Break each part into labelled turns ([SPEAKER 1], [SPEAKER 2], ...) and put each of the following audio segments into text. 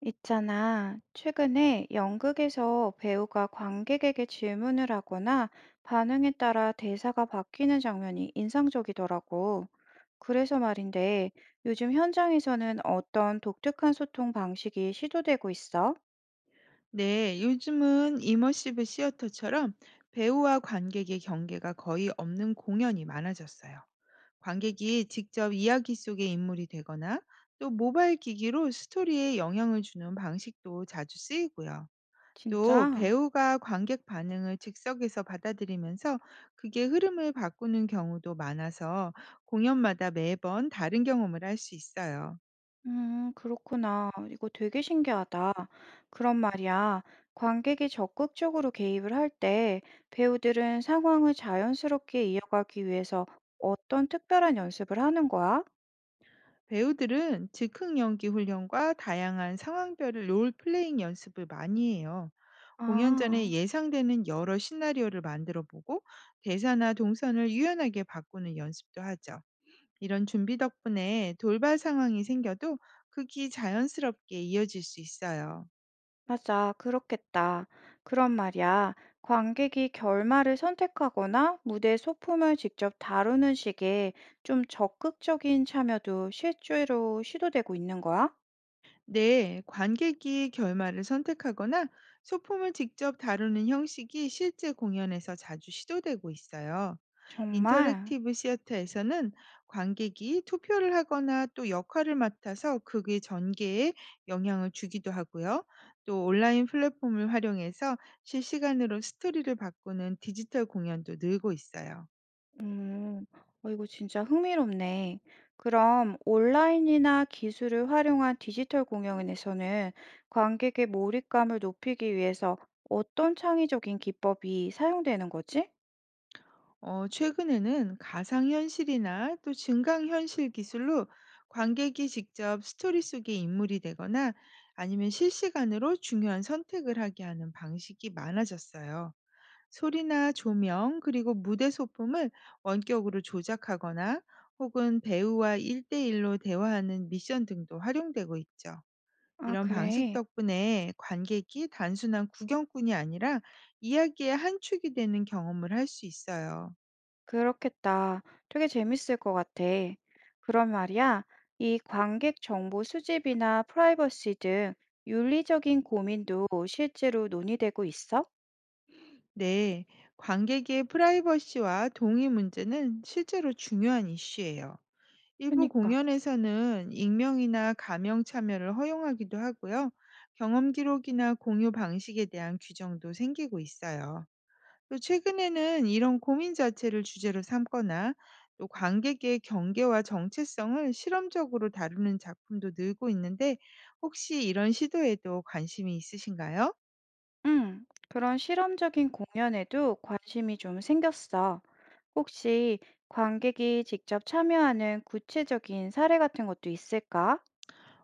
[SPEAKER 1] 있잖아. 최근에 연극에서 배우가 관객에게 질문을 하거나 반응에 따라 대사가 바뀌는 장면이 인상적이더라고. 그래서 말인데, 요즘 현장에서는 어떤 독특한 소통 방식이 시도되고 있어?
[SPEAKER 2] 네, 요즘은 이머시브 시어터처럼 배우와 관객의 경계가 거의 없는 공연이 많아졌어요. 관객이 직접 이야기 속의 인물이 되거나 또 모바일 기기로 스토리에 영향을 주는 방식도 자주 쓰이고요. 또
[SPEAKER 1] 진짜?
[SPEAKER 2] 배우가 관객 반응을 즉석에서 받아들이면서 그게 흐름을 바꾸는 경우도 많아서 공연마다 매번 다른 경험을 할 수 있어요.
[SPEAKER 1] 그렇구나. 이거 되게 신기하다. 그런 말이야, 관객이 적극적으로 개입을 할 때 배우들은 상황을 자연스럽게 이어가기 위해서 어떤 특별한 연습을 하는 거야?
[SPEAKER 2] 배우들은 즉흥 연기 훈련과 다양한 상황별을 롤플레잉 연습을 많이 해요. 공연 전에
[SPEAKER 1] 아,
[SPEAKER 2] 예상되는 여러 시나리오를 만들어 보고 대사나 동선을 유연하게 바꾸는 연습도 하죠. 이런 준비 덕분에 돌발 상황이 생겨도 극이 자연스럽게 이어질 수 있어요.
[SPEAKER 1] 맞아. 그렇겠다. 그런 말이야, 관객이 결말을 선택하거나 무대 소품을 직접 다루는 식의 좀 적극적인 참여도 실제로 시도되고 있는 거야?
[SPEAKER 2] 네, 관객이 결말을 선택하거나 소품을 직접 다루는 형식이 실제 공연에서 자주 시도되고 있어요.
[SPEAKER 1] 정말?
[SPEAKER 2] 인터랙티브 시어터에서는 관객이 투표를 하거나 또 역할을 맡아서 극의 전개에 영향을 주기도 하고요. 또 온라인 플랫폼을 활용해서 실시간으로 스토리를 바꾸는 디지털 공연도 늘고 있어요.
[SPEAKER 1] 음, 이거 진짜 흥미롭네. 그럼 온라인이나 기술을 활용한 디지털 공연에서는 관객의 몰입감을 높이기 위해서 어떤 창의적인 기법이 사용되는 거지?
[SPEAKER 2] 최근에는 가상현실이나 또 증강현실 기술로 관객이 직접 스토리 속의 인물이 되거나 아니면 실시간으로 중요한 선택을 하게 하는 방식이 많아졌어요. 소리나 조명, 그리고 무대 소품을 원격으로 조작하거나 혹은 배우와 일대일로 대화하는 미션 등도 활용되고 있죠.
[SPEAKER 1] 아,
[SPEAKER 2] 이런 방식
[SPEAKER 1] 그래.
[SPEAKER 2] 덕분에 관객이 단순한 구경꾼이 아니라 이야기의 한 축이 되는 경험을 할 수 있어요.
[SPEAKER 1] 그렇겠다. 되게 재밌을 것 같아. 그럼 말이야, 이 관객 정보 수집이나 프라이버시 등 윤리적인 고민도 실제로 논의되고 있어?
[SPEAKER 2] 네, 관객의 프라이버시와 동의 문제는 실제로 중요한 이슈예요. 일부
[SPEAKER 1] 그니까.
[SPEAKER 2] 공연에서는 익명이나 가명 참여를 허용하기도 하고요. 경험 기록이나 공유 방식에 대한 규정도 생기고 있어요. 또 최근에는 이런 고민 자체를 주제로 삼거나 또 관객의 경계와 정체성을 실험적으로 다루는 작품도 늘고 있는데 혹시 이런 시도에도 관심이 있으신가요?
[SPEAKER 1] 그런 실험적인 공연에도 관심이 좀 생겼어. 혹시 관객이 직접 참여하는 구체적인 사례 같은 것도 있을까?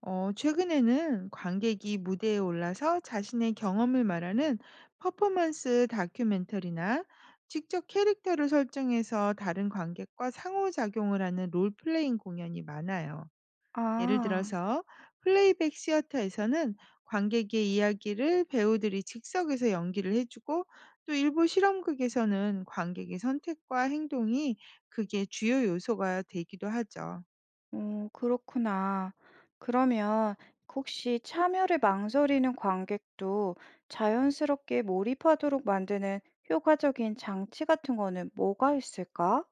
[SPEAKER 2] 최근에는 관객이 무대에 올라서 자신의 경험을 말하는 퍼포먼스 다큐멘터리나 직접 캐릭터를 설정해서 다른 관객과 상호작용을 하는 롤플레잉 공연이 많아요. 예를
[SPEAKER 1] 아,
[SPEAKER 2] 들어서 플레이백 시어터에서는 관객의 이야기를 배우들이 즉석에서 연기를 해주고 또 일부 실험극에서는 관객의 선택과 행동이 그게 주요 요소가 되기도 하죠.
[SPEAKER 1] 오, 그렇구나. 그러면 혹시 참여를 망설이는 관객도 자연스럽게 몰입하도록 만드는 효과적인 장치 같은 거는 뭐가 있을까?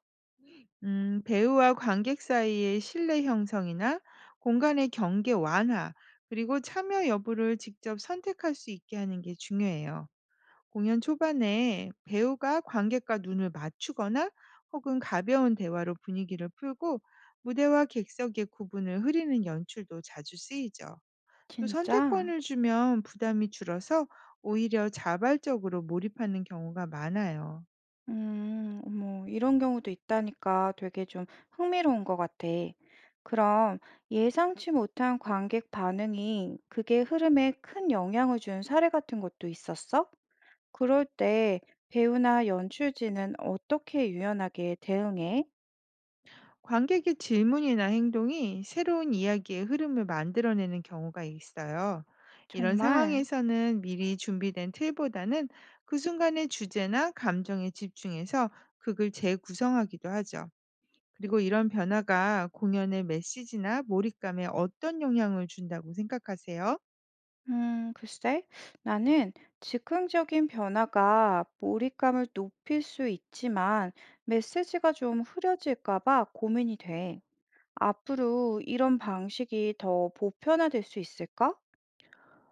[SPEAKER 2] 배우와 관객 사이의 신뢰 형성이나 공간의 경계 완화, 그리고 참여 여부를 직접 선택할 수 있게 하는 게 중요해요. 공연 초반에 배우가 관객과 눈을 맞추거나 혹은 가벼운 대화로 분위기를 풀고 무대와 객석의 구분을 흐리는 연출도 자주 쓰이죠. 또
[SPEAKER 1] 진짜?
[SPEAKER 2] 선택권을 주면 부담이 줄어서 오히려 자발적으로 몰입하는 경우가 많아요.
[SPEAKER 1] 어머, 이런 경우도 있다니까 되게 좀 흥미로운 것 같아. 그럼 예상치 못한 관객 반응이 그게 흐름에 큰 영향을 준 사례 같은 것도 있었어? 그럴 때 배우나 연출진은 어떻게 유연하게 대응해?
[SPEAKER 2] 관객의 질문이나 행동이 새로운 이야기의 흐름을 만들어내는 경우가 있어요. 이런
[SPEAKER 1] 정말?
[SPEAKER 2] 상황에서는 미리 준비된 틀보다는 그 순간의 주제나 감정에 집중해서 극을 재구성하기도 하죠. 그리고 이런 변화가 공연의 메시지나 몰입감에 어떤 영향을 준다고 생각하세요?
[SPEAKER 1] 글쎄, 나는 즉흥적인 변화가 몰입감을 높일 수 있지만 메시지가 좀 흐려질까 봐 고민이 돼. 앞으로 이런 방식이 더 보편화될 수 있을까?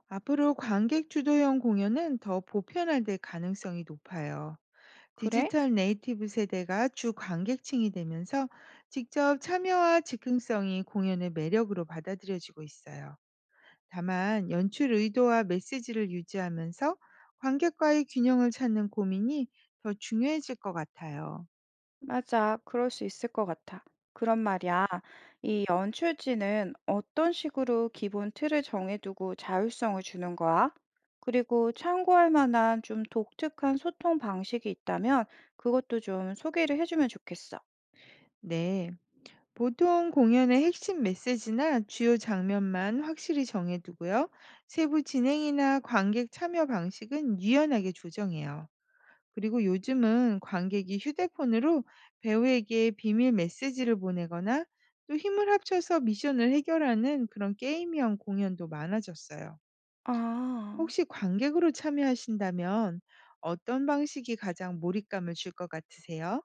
[SPEAKER 2] 앞으로 관객 주도형 공연은 더 보편화될 가능성이 높아요.
[SPEAKER 1] 그래?
[SPEAKER 2] 디지털 네이티브 세대가 주 관객층이 되면서 직접 참여와 즉흥성이 공연의 매력으로 받아들여지고 있어요. 다만 연출 의도와 메시지를 유지하면서 관객과의 균형을 찾는 고민이 더 중요해질 것 같아요.
[SPEAKER 1] 맞아. 그럴 수 있을 것 같아. 그런 말이야. 이 연출지는 어떤 식으로 기본 틀을 정해두고 자율성을 주는 거야? 그리고 참고할 만한 좀 독특한 소통 방식이 있다면 그것도 좀 소개를 해주면 좋겠어.
[SPEAKER 2] 네. 보통 공연의 핵심 메시지나 주요 장면만 확실히 정해두고요. 세부 진행이나 관객 참여 방식은 유연하게 조정해요. 그리고 요즘은 관객이 휴대폰으로 배우에게 비밀 메시지를 보내거나 또 힘을 합쳐서 미션을 해결하는 그런 게임형 공연도 많아졌어요.
[SPEAKER 1] 아.
[SPEAKER 2] 혹시 관객으로 참여하신다면 어떤 방식이 가장 몰입감을 줄 것 같으세요?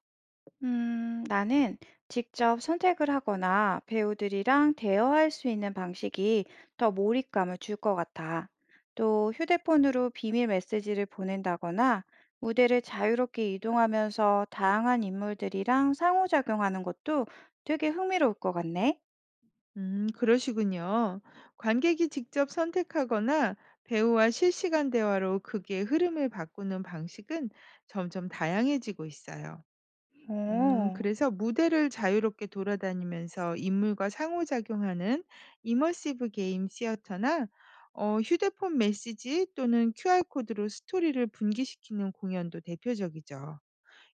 [SPEAKER 1] 나는 직접 선택을 하거나 배우들이랑 대화할 수 있는 방식이 더 몰입감을 줄 것 같아. 또 휴대폰으로 비밀 메시지를 보낸다거나 무대를 자유롭게 이동하면서 다양한 인물들이랑 상호작용하는 것도 되게 흥미로울 것 같네.
[SPEAKER 2] 그러시군요. 관객이 직접 선택하거나 배우와 실시간 대화로 극의 흐름을 바꾸는 방식은 점점 다양해지고 있어요.
[SPEAKER 1] 오.
[SPEAKER 2] 그래서 무대를 자유롭게 돌아다니면서 인물과 상호작용하는 이머시브 게임 시어터나 휴대폰 메시지 또는 QR코드로 스토리를 분기시키는 공연도 대표적이죠.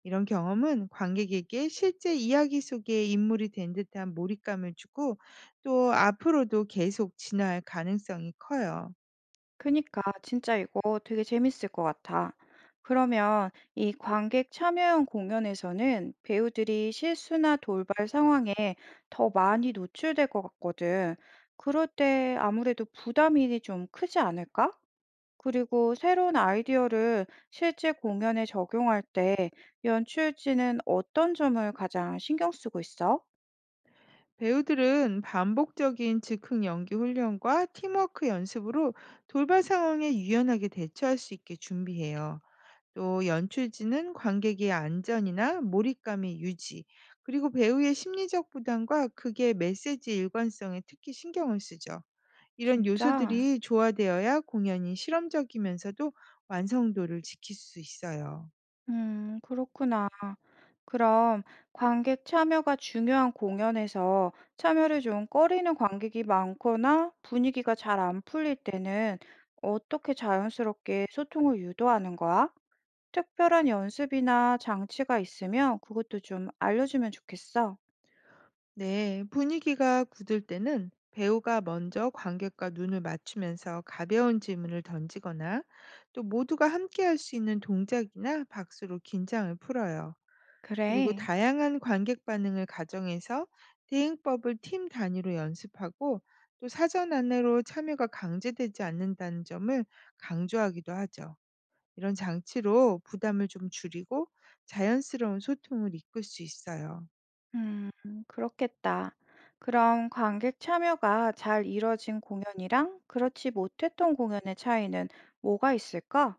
[SPEAKER 2] 이런 경험은 관객에게 실제 이야기 속의 인물이 된 듯한 몰입감을 주고 또 앞으로도 계속 진화할 가능성이 커요.
[SPEAKER 1] 그니까 진짜 이거 되게 재밌을 것 같아. 그러면 이 관객 참여형 공연에서는 배우들이 실수나 돌발 상황에 더 많이 노출될 것 같거든. 그럴 때 아무래도 부담이 좀 크지 않을까? 그리고 새로운 아이디어를 실제 공연에 적용할 때 연출진은 어떤 점을 가장 신경 쓰고 있어?
[SPEAKER 2] 배우들은 반복적인 즉흥 연기 훈련과 팀워크 연습으로 돌발 상황에 유연하게 대처할 수 있게 준비해요. 또 연출진은 관객의 안전이나 몰입감의 유지, 그리고 배우의 심리적 부담과 극의 메시지 일관성에 특히 신경을 쓰죠. 이런
[SPEAKER 1] 진짜?
[SPEAKER 2] 요소들이 조화되어야 공연이 실험적이면서도 완성도를 지킬 수 있어요.
[SPEAKER 1] 그렇구나. 그럼 관객 참여가 중요한 공연에서 참여를 좀 꺼리는 관객이 많거나 분위기가 잘 안 풀릴 때는 어떻게 자연스럽게 소통을 유도하는 거야? 특별한 연습이나 장치가 있으면 그것도 좀 알려주면 좋겠어.
[SPEAKER 2] 네, 분위기가 굳을 때는 배우가 먼저 관객과 눈을 맞추면서 가벼운 질문을 던지거나 또 모두가 함께 할 수 있는 동작이나 박수로 긴장을 풀어요. 그리고
[SPEAKER 1] 그래.
[SPEAKER 2] 다양한 관객 반응을 가정해서 대응법을 팀 단위로 연습하고 또 사전 안내로 참여가 강제되지 않는다는 점을 강조하기도 하죠. 이런 장치로 부담을 좀 줄이고 자연스러운 소통을 이끌 수 있어요.
[SPEAKER 1] 음, 그렇겠다. 그럼 관객 참여가 잘 이뤄진 공연이랑 그렇지 못했던 공연의 차이는 뭐가 있을까?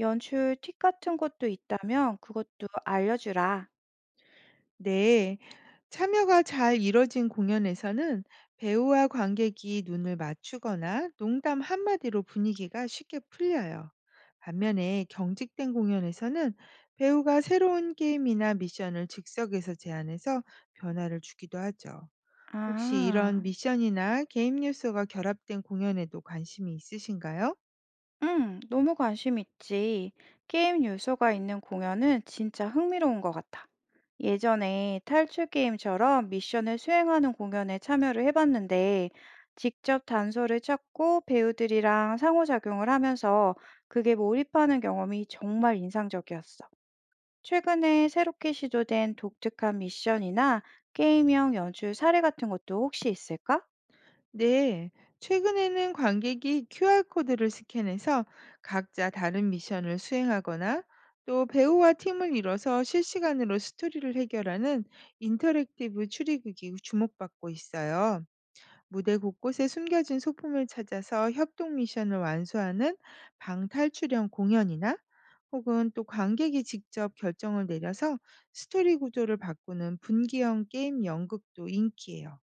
[SPEAKER 1] 연출 팁 같은 것도 있다면 그것도 알려주라.
[SPEAKER 2] 네, 참여가 잘 이뤄진 공연에서는 배우와 관객이 눈을 맞추거나 농담 한마디로 분위기가 쉽게 풀려요. 반면에 경직된 공연에서는 배우가 새로운 게임이나 미션을 즉석에서 제안해서 변화를 주기도 하죠. 혹시 이런
[SPEAKER 1] 아.
[SPEAKER 2] 미션이나 게임 요소가 결합된 공연에도 관심이 있으신가요?
[SPEAKER 1] 응, 너무 관심 있지. 게임 요소가 있는 공연은 진짜 흥미로운 것 같아. 예전에 탈출 게임처럼 미션을 수행하는 공연에 참여를 해봤는데, 직접 단서를 찾고 배우들이랑 상호작용을 하면서 그게 몰입하는 경험이 정말 인상적이었어. 최근에 새롭게 시도된 독특한 미션이나 게임형 연출 사례 같은 것도 혹시 있을까?
[SPEAKER 2] 네, 최근에는 관객이 QR코드를 스캔해서 각자 다른 미션을 수행하거나 또 배우와 팀을 이뤄서 실시간으로 스토리를 해결하는 인터랙티브 추리극이 주목받고 있어요. 무대 곳곳에 숨겨진 소품을 찾아서 협동 미션을 완수하는 방탈출형 공연이나 혹은 또 관객이 직접 결정을 내려서 스토리 구조를 바꾸는 분기형 게임 연극도 인기예요.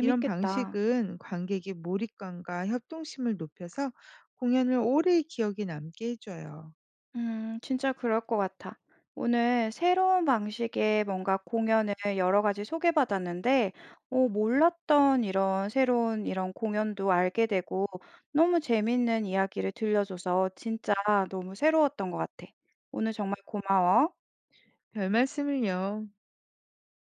[SPEAKER 2] 이런 방식은 관객의 몰입감과 협동심을 높여서 공연을 오래 기억에 남게 해줘요.
[SPEAKER 1] 진짜 그럴 것 같아. 오늘 새로운 방식의 뭔가 공연을 여러 가지 소개받았는데, 몰랐던 이런 새로운 이런 공연도 알게 되고, 너무 재밌는 이야기를 들려줘서 진짜 너무 새로웠던 것 같아. 오늘 정말 고마워.
[SPEAKER 2] 별 말씀을요.